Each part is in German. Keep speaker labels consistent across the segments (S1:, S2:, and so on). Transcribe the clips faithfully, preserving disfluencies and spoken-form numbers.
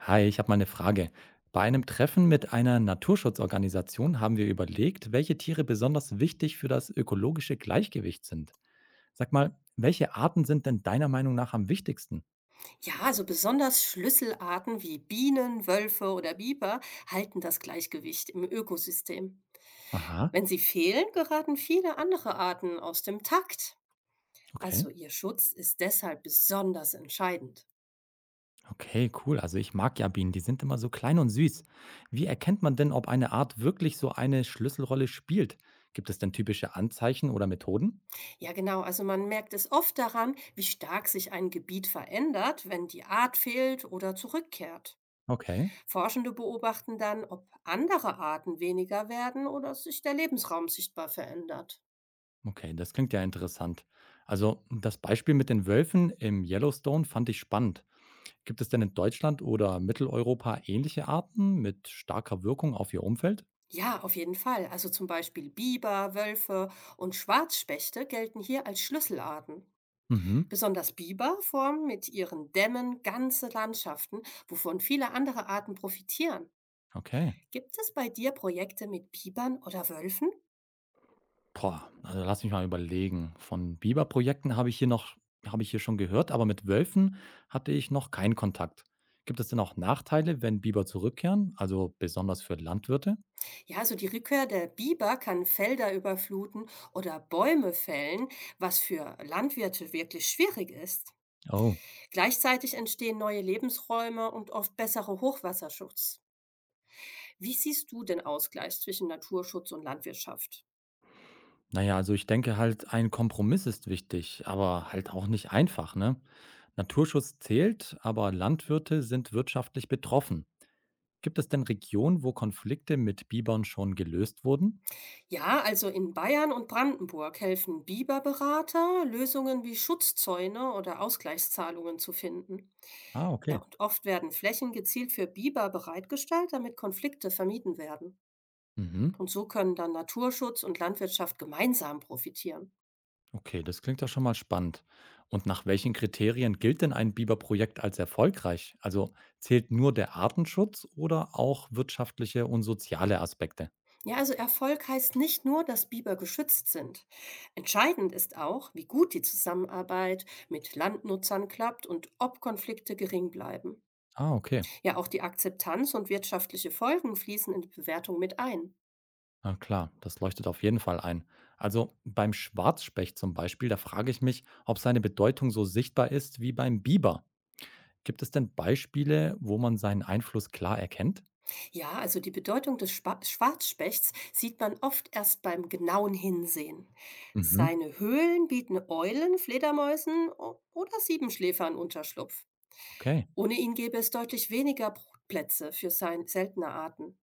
S1: Hi, ich habe mal eine Frage. Bei einem Treffen mit einer Naturschutzorganisation haben wir überlegt, welche Tiere besonders wichtig für das ökologische Gleichgewicht sind. Sag mal, welche Arten sind denn deiner Meinung nach am wichtigsten?
S2: Ja, also besonders Schlüsselarten wie Bienen, Wölfe oder Biber halten das Gleichgewicht im Ökosystem.
S1: Aha,
S2: Wenn sie fehlen, geraten viele andere Arten aus dem Takt.
S1: okay.
S2: Also ihr Schutz ist deshalb besonders entscheidend.
S1: Okay, cool. Also ich mag ja Bienen, die sind immer so klein und süß. Wie erkennt man denn, ob eine Art wirklich so eine Schlüsselrolle spielt? Gibt es denn typische Anzeichen oder Methoden?
S2: Ja, genau, also man merkt es oft daran, wie stark sich ein Gebiet verändert, wenn die Art fehlt oder zurückkehrt.
S1: Okay,
S2: Forschende beobachten dann, ob andere Arten weniger werden oder sich der Lebensraum sichtbar verändert.
S1: okay, das klingt ja interessant. Also das Beispiel mit den Wölfen im Yellowstone fand ich spannend. Gibt es denn in Deutschland oder Mitteleuropa ähnliche Arten mit starker Wirkung auf ihr Umfeld?
S2: Ja, auf jeden Fall. Also zum Beispiel Biber, Wölfe und Schwarzspechte gelten hier als Schlüsselarten.
S1: Mhm,
S2: Besonders Biber formen mit ihren Dämmen ganze Landschaften, wovon viele andere Arten profitieren.
S1: okay.
S2: Gibt es bei dir Projekte mit Bibern oder Wölfen?
S1: Boah, also lass mich mal überlegen. Von Biberprojekten habe ich hier noch, habe ich hier schon gehört, aber mit Wölfen hatte ich noch keinen Kontakt. Gibt es denn auch Nachteile, wenn Biber zurückkehren? Also besonders für Landwirte?
S2: Ja, also die Rückkehr der Biber kann Felder überfluten oder Bäume fällen, was für Landwirte wirklich schwierig ist.
S1: Oh,
S2: Gleichzeitig entstehen neue Lebensräume und oft bessere Hochwasserschutz. Wie siehst du den Ausgleich zwischen Naturschutz und Landwirtschaft?
S1: naja, also ich denke halt, ein Kompromiss ist wichtig, aber halt auch nicht einfach, ne? Naturschutz zählt, aber Landwirte sind wirtschaftlich betroffen. Gibt es denn Regionen, wo Konflikte mit Bibern schon gelöst wurden?
S2: Ja, also in Bayern und Brandenburg helfen Biberberater, Lösungen wie Schutzzäune oder Ausgleichszahlungen zu finden.
S1: Ah,
S2: Ja,
S1: okay.
S2: und oft werden Flächen gezielt für Biber bereitgestellt, damit Konflikte vermieden werden.
S1: Mhm.
S2: Und so können dann Naturschutz und Landwirtschaft gemeinsam profitieren.
S1: Okay, das klingt doch schon mal spannend. Und nach welchen Kriterien gilt denn ein Biberprojekt als erfolgreich? Also zählt nur der Artenschutz oder auch wirtschaftliche und soziale Aspekte?
S2: Ja, also Erfolg heißt nicht nur, dass Biber geschützt sind. Entscheidend ist auch, wie gut die Zusammenarbeit mit Landnutzern klappt und ob Konflikte gering bleiben.
S1: Ah, okay.
S2: Ja, auch die Akzeptanz und wirtschaftliche Folgen fließen in die Bewertung mit ein.
S1: Na klar, das leuchtet auf jeden Fall ein. Also beim Schwarzspecht zum Beispiel, da frage ich mich, ob seine Bedeutung so sichtbar ist wie beim Biber. Gibt es denn Beispiele, wo man seinen Einfluss klar erkennt?
S2: Ja, also die Bedeutung des Schwa- Schwarzspechts sieht man oft erst beim genauen Hinsehen.
S1: Mhm.
S2: Seine Höhlen bieten Eulen, Fledermäusen o- oder Siebenschläfern Unterschlupf.
S1: Okay.
S2: Ohne ihn gäbe es deutlich weniger Brutplätze für sein seltene Arten.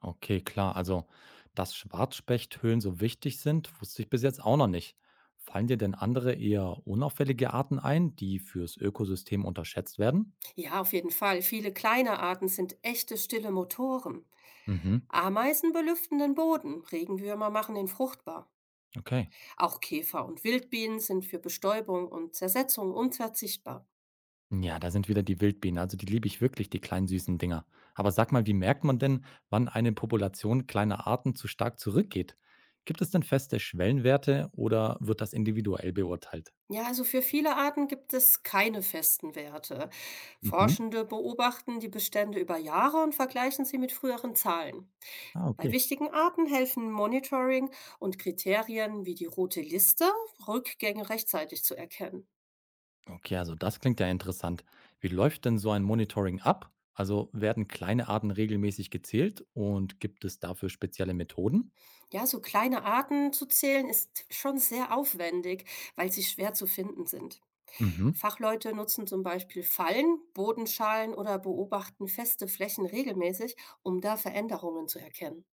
S1: Okay, klar. Also, dass Schwarzspechthöhlen so wichtig sind, wusste ich bis jetzt auch noch nicht. Fallen dir denn andere eher unauffällige Arten ein, die fürs Ökosystem unterschätzt werden?
S2: Ja, auf jeden Fall. Viele kleine Arten sind echte stille Motoren.
S1: Mhm,
S2: Ameisen belüften den Boden, Regenwürmer machen ihn fruchtbar.
S1: okay.
S2: Auch Käfer und Wildbienen sind für Bestäubung und Zersetzung unverzichtbar.
S1: Ja, da sind wieder die Wildbienen. Also die liebe ich wirklich, die kleinen süßen Dinger. Aber sag mal, wie merkt man denn, wann eine Population kleiner Arten zu stark zurückgeht? Gibt es denn feste Schwellenwerte oder wird das individuell beurteilt?
S2: Ja, also für viele Arten gibt es keine festen Werte.
S1: Mhm.
S2: Forschende beobachten die Bestände über Jahre und vergleichen sie mit früheren Zahlen.
S1: Ah,
S2: Bei
S1: okay.
S2: wichtigen Arten helfen Monitoring und Kriterien wie die rote Liste, Rückgänge rechtzeitig zu erkennen.
S1: Okay, also das klingt ja interessant. Wie läuft denn so ein Monitoring ab? Also werden kleine Arten regelmäßig gezählt und gibt es dafür spezielle Methoden?
S2: Ja, so kleine Arten zu zählen ist schon sehr aufwendig, weil sie schwer zu finden sind.
S1: Mhm.
S2: Fachleute nutzen zum Beispiel Fallen, Bodenschalen oder beobachten feste Flächen regelmäßig, um da Veränderungen zu erkennen.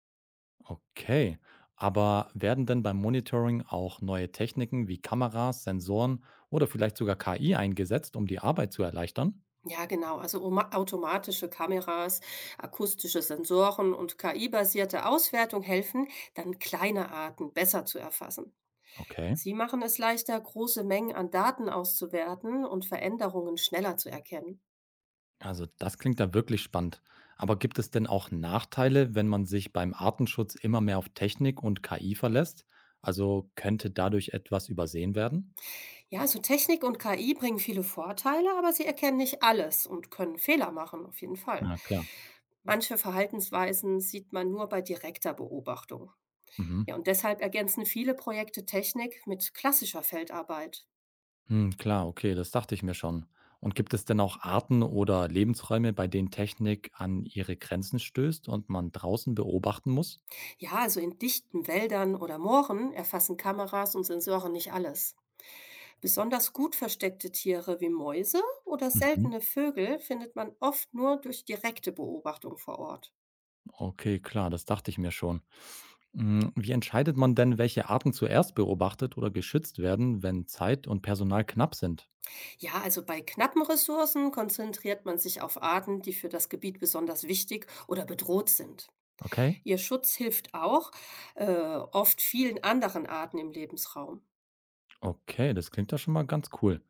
S1: Okay. Aber werden denn beim Monitoring auch neue Techniken wie Kameras, Sensoren oder vielleicht sogar K I eingesetzt, um die Arbeit zu erleichtern?
S2: Ja, genau. Also oma- automatische Kameras, akustische Sensoren und K I-basierte Auswertung helfen, dann kleine Arten besser zu erfassen.
S1: Okay.
S2: Sie machen es leichter, große Mengen an Daten auszuwerten und Veränderungen schneller zu erkennen.
S1: Also das klingt ja wirklich spannend. Aber gibt es denn auch Nachteile, wenn man sich beim Artenschutz immer mehr auf Technik und K I verlässt? Also könnte dadurch etwas übersehen werden?
S2: Ja, so Technik und K I bringen viele Vorteile, aber sie erkennen nicht alles und können Fehler machen, auf jeden Fall.
S1: Na klar.
S2: Manche Verhaltensweisen sieht man nur bei direkter Beobachtung.
S1: Mhm.
S2: Ja, und deshalb ergänzen viele Projekte Technik mit klassischer Feldarbeit.
S1: Hm, klar, okay, das dachte ich mir schon. Und gibt es denn auch Arten oder Lebensräume, bei denen Technik an ihre Grenzen stößt und man draußen beobachten muss?
S2: Ja, also in dichten Wäldern oder Mooren erfassen Kameras und Sensoren nicht alles. Besonders gut versteckte Tiere wie Mäuse oder
S1: Mhm.
S2: seltene Vögel findet man oft nur durch direkte Beobachtung vor Ort.
S1: Okay, klar, das dachte ich mir schon. Hm, wie entscheidet man denn, welche Arten zuerst beobachtet oder geschützt werden, wenn Zeit und Personal knapp sind?
S2: Ja, also bei knappen Ressourcen konzentriert man sich auf Arten, die für das Gebiet besonders wichtig oder bedroht sind.
S1: Okay,
S2: Ihr Schutz hilft auch äh, oft vielen anderen Arten im Lebensraum.
S1: okay, das klingt ja schon mal ganz cool.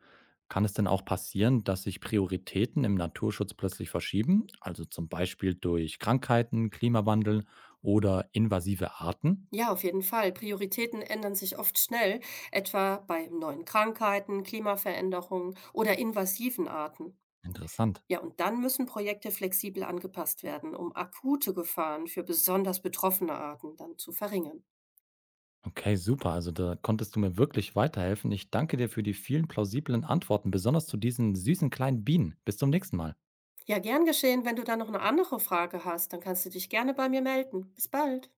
S1: Kann es denn auch passieren, dass sich Prioritäten im Naturschutz plötzlich verschieben, also zum Beispiel durch Krankheiten, Klimawandel oder invasive Arten?
S2: Ja, auf jeden Fall. Prioritäten ändern sich oft schnell, etwa bei neuen Krankheiten, Klimaveränderungen oder invasiven Arten.
S1: Interessant.
S2: Ja, und dann müssen Projekte flexibel angepasst werden, um akute Gefahren für besonders betroffene Arten dann zu verringern.
S1: Okay, super. Also da konntest du mir wirklich weiterhelfen. Ich danke dir für die vielen plausiblen Antworten, besonders zu diesen süßen kleinen Bienen. Bis zum nächsten Mal.
S2: Ja, gern geschehen. Wenn du da noch eine andere Frage hast, dann kannst du dich gerne bei mir melden. Bis bald.